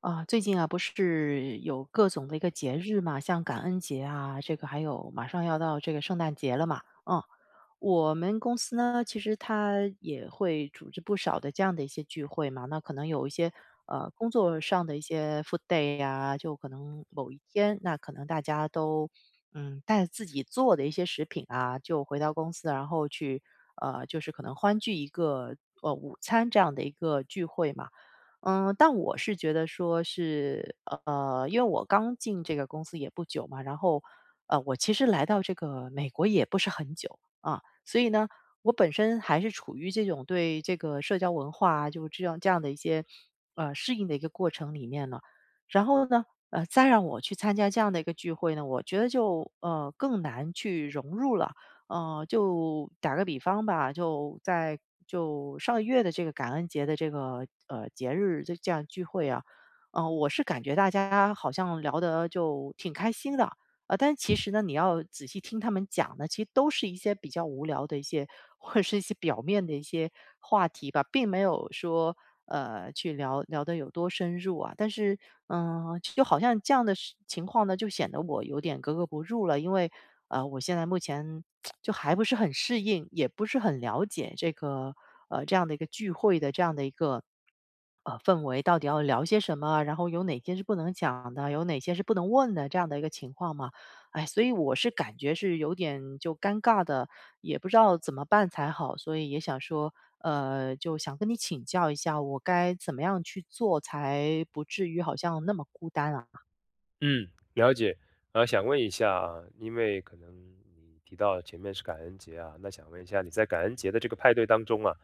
啊，最近啊，不是有各种的一个节日嘛，像感恩节啊，这个还有马上要到这个圣诞节了嘛，我们公司呢，其实它也会组织不少的这样的一些聚会嘛。那可能有一些工作上的一些 food day 呀、就可能某一天，那可能大家都带自己做的一些食品啊，就回到公司，然后去就是可能欢聚一个午餐这样的一个聚会嘛。但我是觉得说是因为我刚进这个公司也不久嘛，然后我其实来到这个美国也不是很久啊，所以呢，我本身还是处于这种对这个社交文化啊就是这样的一些适应的一个过程里面了。然后呢，再让我去参加这样的一个聚会呢，我觉得就更难去融入了。就打个比方吧，就上个月的这个感恩节的这个节日就这样聚会啊，我是感觉大家好像聊得就挺开心的，但其实呢，你要仔细听他们讲呢，其实都是一些比较无聊的一些，或者是一些表面的一些话题吧，并没有说去聊聊的有多深入啊。但是，就好像这样的事情况呢，就显得我有点格格不入了，因为我现在目前 就还不是很适应，也不是很了解这个这样的一个聚会的这样的一个。氛围到底要聊些什么，然后有哪些是不能讲的，有哪些是不能问的这样的一个情况嘛。哎，所以我是感觉是有点就尴尬的，也不知道怎么办才好，所以也想说，就想跟你请教一下，我该怎么样去做才不至于好像那么孤单啊？嗯，了解。想问一下啊，因为可能你提到前面是感恩节啊，那想问一下你在感恩节的这个派对当中啊，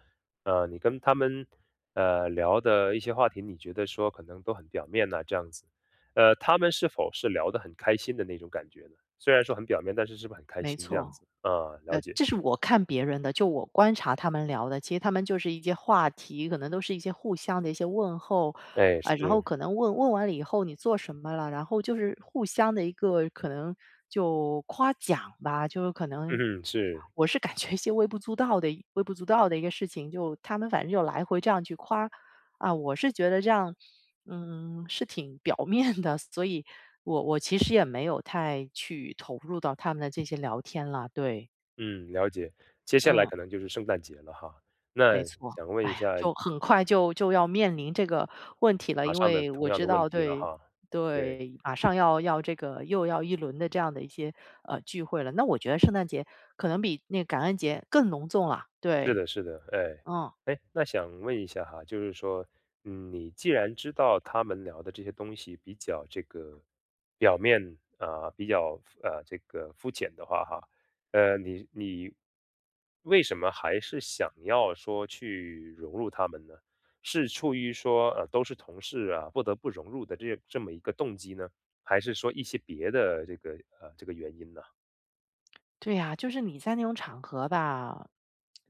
你跟他们聊的一些话题，你觉得说可能都很表面呐、这样子，他们是否是聊得很开心的那种感觉呢？虽然说很表面，但是是不是很开没心这样错。子啊？了解，这是我看别人的，就我观察他们聊的，其实他们就是一些话题，可能都是一些互相的一些问候，哎，啊，然后是，可能问问完了以后你做什么了，然后就是互相的一个可能就夸奖吧，就是可嗯能哼是，我是感觉一些微不足道的一个事情，就他们反正就来回这样去夸，啊，我是觉得这样，是挺表面的，所以我其实也没有太去投入到他们的这些聊天了，对。嗯，了解。接下来嗯，可能就是圣诞节了哈，那没错。想问哎一呀，下就很快就要面临这个问题了，马因上的为同我样知的问道，题了对哈，对。对，马上要这个又要一轮的这样的一些聚会了。那我觉得圣诞节可能比那个感恩节更隆重了，是对，的，是的，哎，嗯。哎，那想问一下哈，就是说，嗯，你既然知道他们聊的这些东西比较这个表面啊、比较这个肤浅的话哈，你为什么还是想要说去融入他们呢？是出于说都是同事啊，不得不融入的这么一个动机呢，还是说一些别的这个这个原因呢？对呀，就是你在那种场合吧，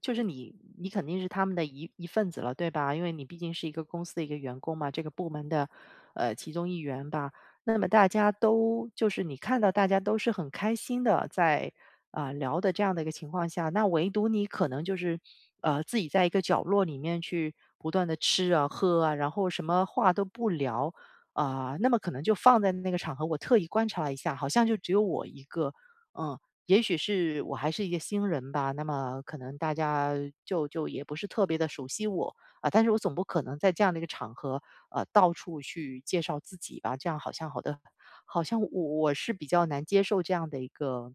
就是你肯定是他们的一份子了，对吧？因为你毕竟是一个公司的一个员工嘛，这个部门的其中一员吧。那么大家都就是你看到大家都是很开心的在啊、聊的这样的一个情况下，那唯独你可能就是自己在一个角落里面去不断的吃啊喝啊，然后什么话都不聊啊、那么可能就放在那个场合，我特意观察了一下，好像就只有我一个。嗯，也许是我还是一个新人吧，那么可能大家就也不是特别的熟悉我，啊，但是我总不可能在这样的一个场合，到处去介绍自己吧，这样好像好像我是比较难接受这样的一个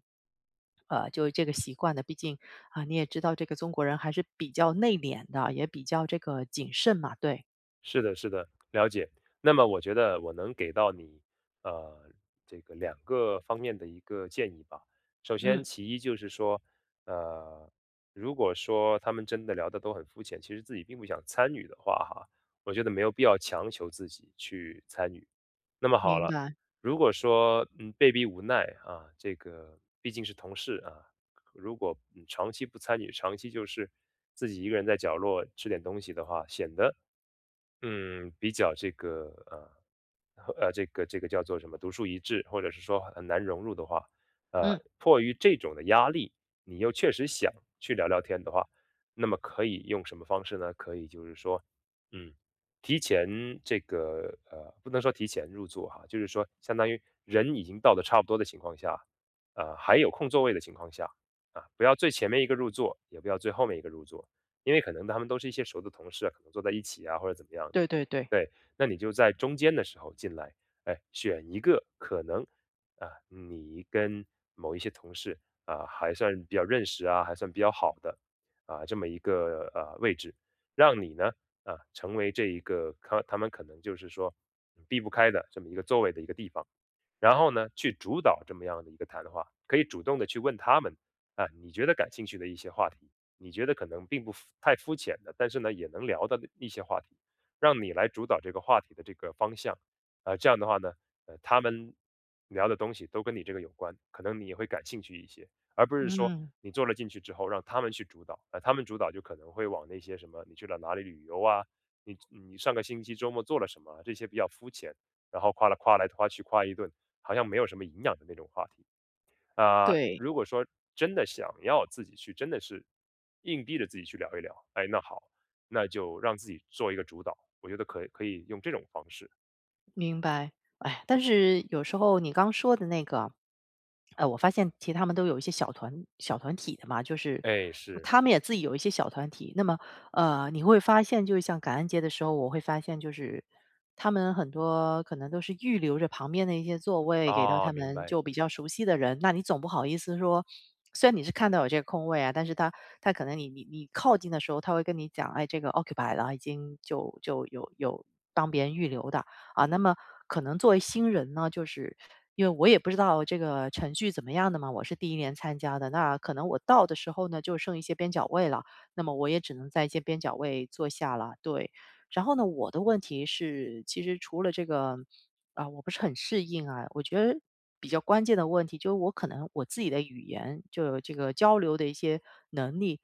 就是这个习惯的。毕竟，啊，你也知道这个中国人还是比较内敛的，也比较这个谨慎嘛，对，是的，是的，了解。那么我觉得我能给到你，呃，这个两个方面的一个建议吧。首先，嗯，其一就是说，呃，如果说他们真的聊的都很肤浅，其实自己并不想参与的话，哈，我觉得没有必要强求自己去参与。那么好明了，白，如果说被逼无奈啊，这个毕竟是同事啊，如果长期不参与，长期就是自己一个人在角落吃点东西的话，显得嗯，比较这个这个叫做什么独树一帜，或者是说很难融入的话，呃，嗯，迫于这种的压力，你又确实想去聊聊天的话，那么可以用什么方式呢？可以就是说，嗯，提前这个不能说提前入座哈，就是说相当于人已经到的差不多的情况下，还有空座位的情况下啊，不要最前面一个入座，也不要最后面一个入座，因为可能他们都是一些熟的同事啊，可能坐在一起啊，或者怎么样的。对对对，对，那你就在中间的时候进来，哎，选一个可能啊，你跟某一些同事啊还算比较认识啊，还算比较好的啊这么一个位置，让你呢啊成为这一个他们可能就是说嗯避不开的这么一个座位的一个地方。然后呢，去主导这么样的一个谈话，可以主动的去问他们，啊，你觉得感兴趣的一些话题，你觉得可能并不肤太肤浅的，但是呢，也能聊的一些话题，让你来主导这个话题的这个方向。啊，这样的话呢，他们聊的东西都跟你这个有关，可能你也会感兴趣一些，而不是说嗯，你做了进去之后让他们去主导，啊，他们主导就可能会往那些什么你去了哪里旅游啊，你上个星期周末做了什么啊这些比较肤浅，然后夸来夸去夸一顿，好像没有什么营养的那种话题。啊、对。如果说真的想要自己去，真的是硬逼着自己去聊一聊，哎，那好，那就让自己做一个主导，我觉得可以用这种方式。明白，哎，但是有时候你刚说的那个，我发现其实他们都有一些小团体的嘛，就是哎，就是他们也自己有一些小团体。那么，你会发现，就是像感恩节的时候，我会发现就是他们很多可能都是预留着旁边的一些座位给到啊，他明们白，就比较熟悉的人，那你总不好意思说。虽然你是看到有这个空位啊，但是他可能你靠近的时候，他会跟你讲，哎，这个 occupy 了，已经就有帮别人预留的，啊，那么可能作为新人呢，就是因为我也不知道这个程序怎么样的嘛，我是第一年参加的，那可能我到的时候呢，就剩一些边角位了，那么我也只能在一些边角位坐下了，对。然后呢，我的问题是，其实除了这个啊，我不是很适应啊。我觉得比较关键的问题就是我可能我自己的语言就有这个交流的一些能力，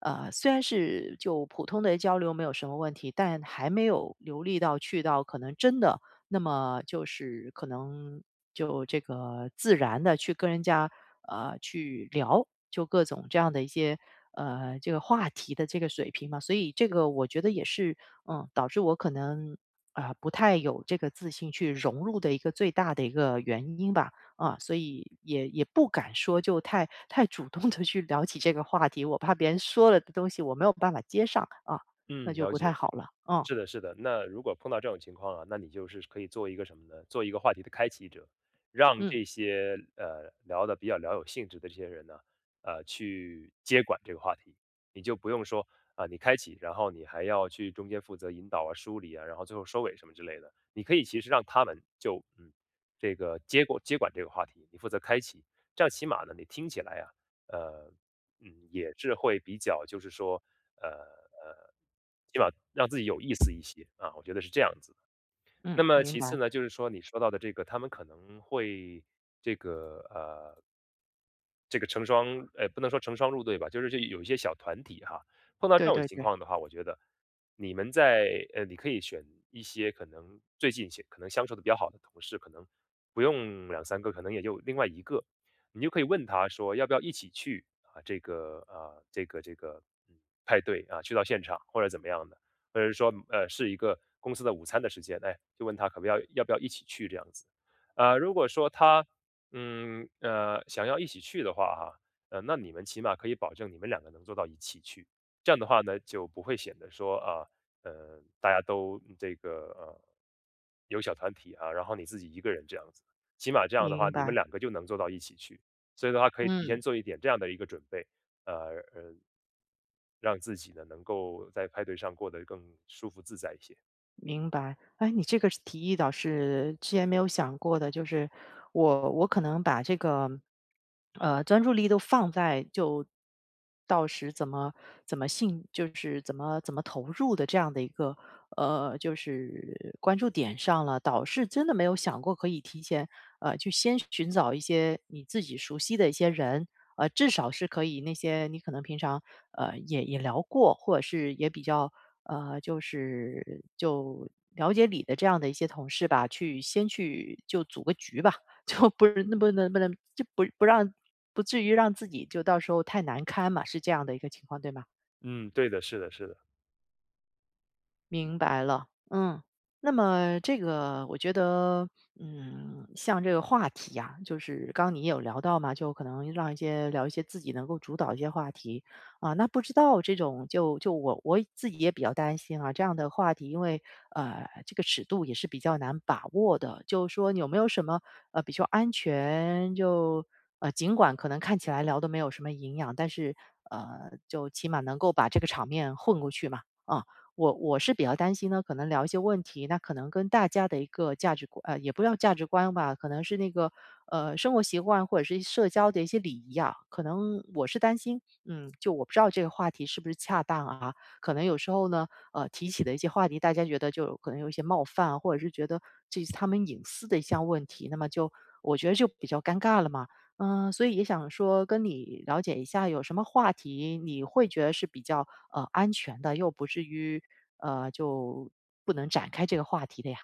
虽然是就普通的交流没有什么问题，但还没有流利到去到可能真的那么就是可能就这个自然的去跟人家去聊，就各种这样的一些。这个话题的这个水平嘛，所以这个我觉得也是，导致我可能啊，不太有这个自信去融入的一个最大的一个原因吧，啊，所以也不敢说就太主动的去聊起这个话题，我怕别人说了的东西我没有办法接上啊，那嗯，就了不太解。好了。嗯是的，是的。那如果碰到这种情况啊，那你就是可以做一个什么呢？做一个话题的开启者，让嗯这些聊的比较聊有兴致的这些人呢，去接管这个话题，你就不用说啊、你开启，然后你还要去中间负责引导啊、梳理啊，然后最后收尾什么之类的。你可以其实让他们就嗯，这个接管这个话题，你负责开启，这样起码呢，你听起来啊，呃……嗯，也是会比较就是说，呃，呃，起码让自己有意思一些，啊，我觉得是这样子。嗯，那么明其次白，呢，就是说你说到的这个，他们可能会这个这个成双，不能说成双入对吧，就是这有一些小团体哈，碰到这对种对情对，况的话，我觉得你们在你可以选一些可能最近些可能相处的比较好的同事，可能不用两三个，可能也就另外一个，你就可以问他说要不要一起去啊，这个啊，这个嗯派对啊，去到现场或者怎么样的。或者是说，是一个公司的午餐的时间，哎，就问他可不要要不要一起去这样子。如果说他，想要一起去的话哈，那你们起码可以保证你们两个能做到一起去。这样的话呢，就不会显得说啊，大家都嗯这个有小团体啊，然后你自己一个人这样子。起码这样的话，明你们白，两个就能做到一起去。所以的话，可以提前嗯。做一点这样的一个准备。呃呃，让自己呢，能够在派对上过得更舒服自在一些。明白，哎，你这个是提议倒是之前没有想过的，就是我可能把这个专注力都放在就到时怎么信，就是怎么投入的这样的一个就是关注点上了，倒是真的没有想过可以提前去先寻找一些你自己熟悉的一些人。至少是可以那些你可能平常也聊过，或者是也比较就了解你的这样的一些同事吧，去先去就组个局吧，就不是那不能不能就不不让不至于让自己就到时候太难堪嘛，是这样的一个情况，对吗？嗯，对的，是的，是的。明白了，嗯，那么这个我觉得，像这个话题呀、就是刚刚你也有聊到嘛，就可能让一些聊一些自己能够主导一些话题啊。那不知道这种就我自己也比较担心啊，这样的话题，因为这个尺度也是比较难把握的。就是说你有没有什么比较安全就尽管可能看起来聊的没有什么营养，但是就起码能够把这个场面混过去嘛，啊。我是比较担心呢，可能聊一些问题，那可能跟大家的一个价值观，也不叫价值观吧，可能是那个生活习惯或者是社交的一些礼仪啊，可能我是担心，就我不知道这个话题是不是恰当啊，可能有时候呢，提起的一些话题，大家觉得就可能有一些冒犯啊或者是觉得这是他们隐私的一项问题，那么就我觉得就比较尴尬了嘛。嗯，所以也想说跟你了解一下，有什么话题你会觉得是比较安全的，又不至于就不能展开这个话题的呀？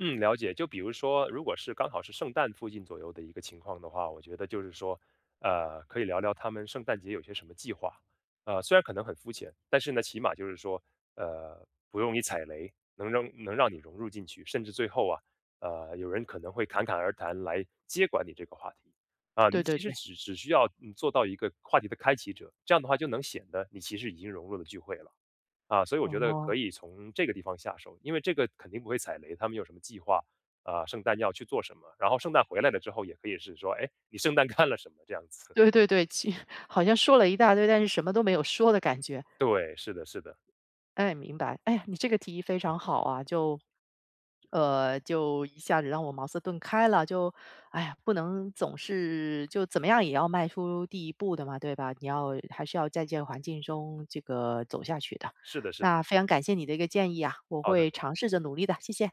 嗯，了解。就比如说，如果是刚好是圣诞附近左右的一个情况的话，我觉得就是说，可以聊聊他们圣诞节有些什么计划。虽然可能很肤浅，但是呢，起码就是说，呃，不容易踩雷，能让你融入进去，甚至最后啊，有人可能会侃侃而谈来接管你这个话题。啊，对你对其实对，只需要嗯做到一个话题的开启者，这样的话就能显得你其实已经融入了聚会了。啊，所以我觉得可哦，以从这个地方下手，因为这个肯定不会踩雷，他们有什么计划啊，圣诞要去做什么，然后圣诞回来了之后也可以是说，哎，你圣诞 干了什么这样 子。对对对，好像说了一大堆，但是什么都没有说的感觉。对，是的，是的，哎，明白。哎呀，你这个提议非常好啊，就一下子让我茅塞顿开了。哎呀，不能总是就怎么样也要迈出第一步的嘛，对吧？你要还是要在这个环境中这个走下去的。是的，是的。那非常感谢你的一个建议啊，我好的。会尝试着努力的，谢谢。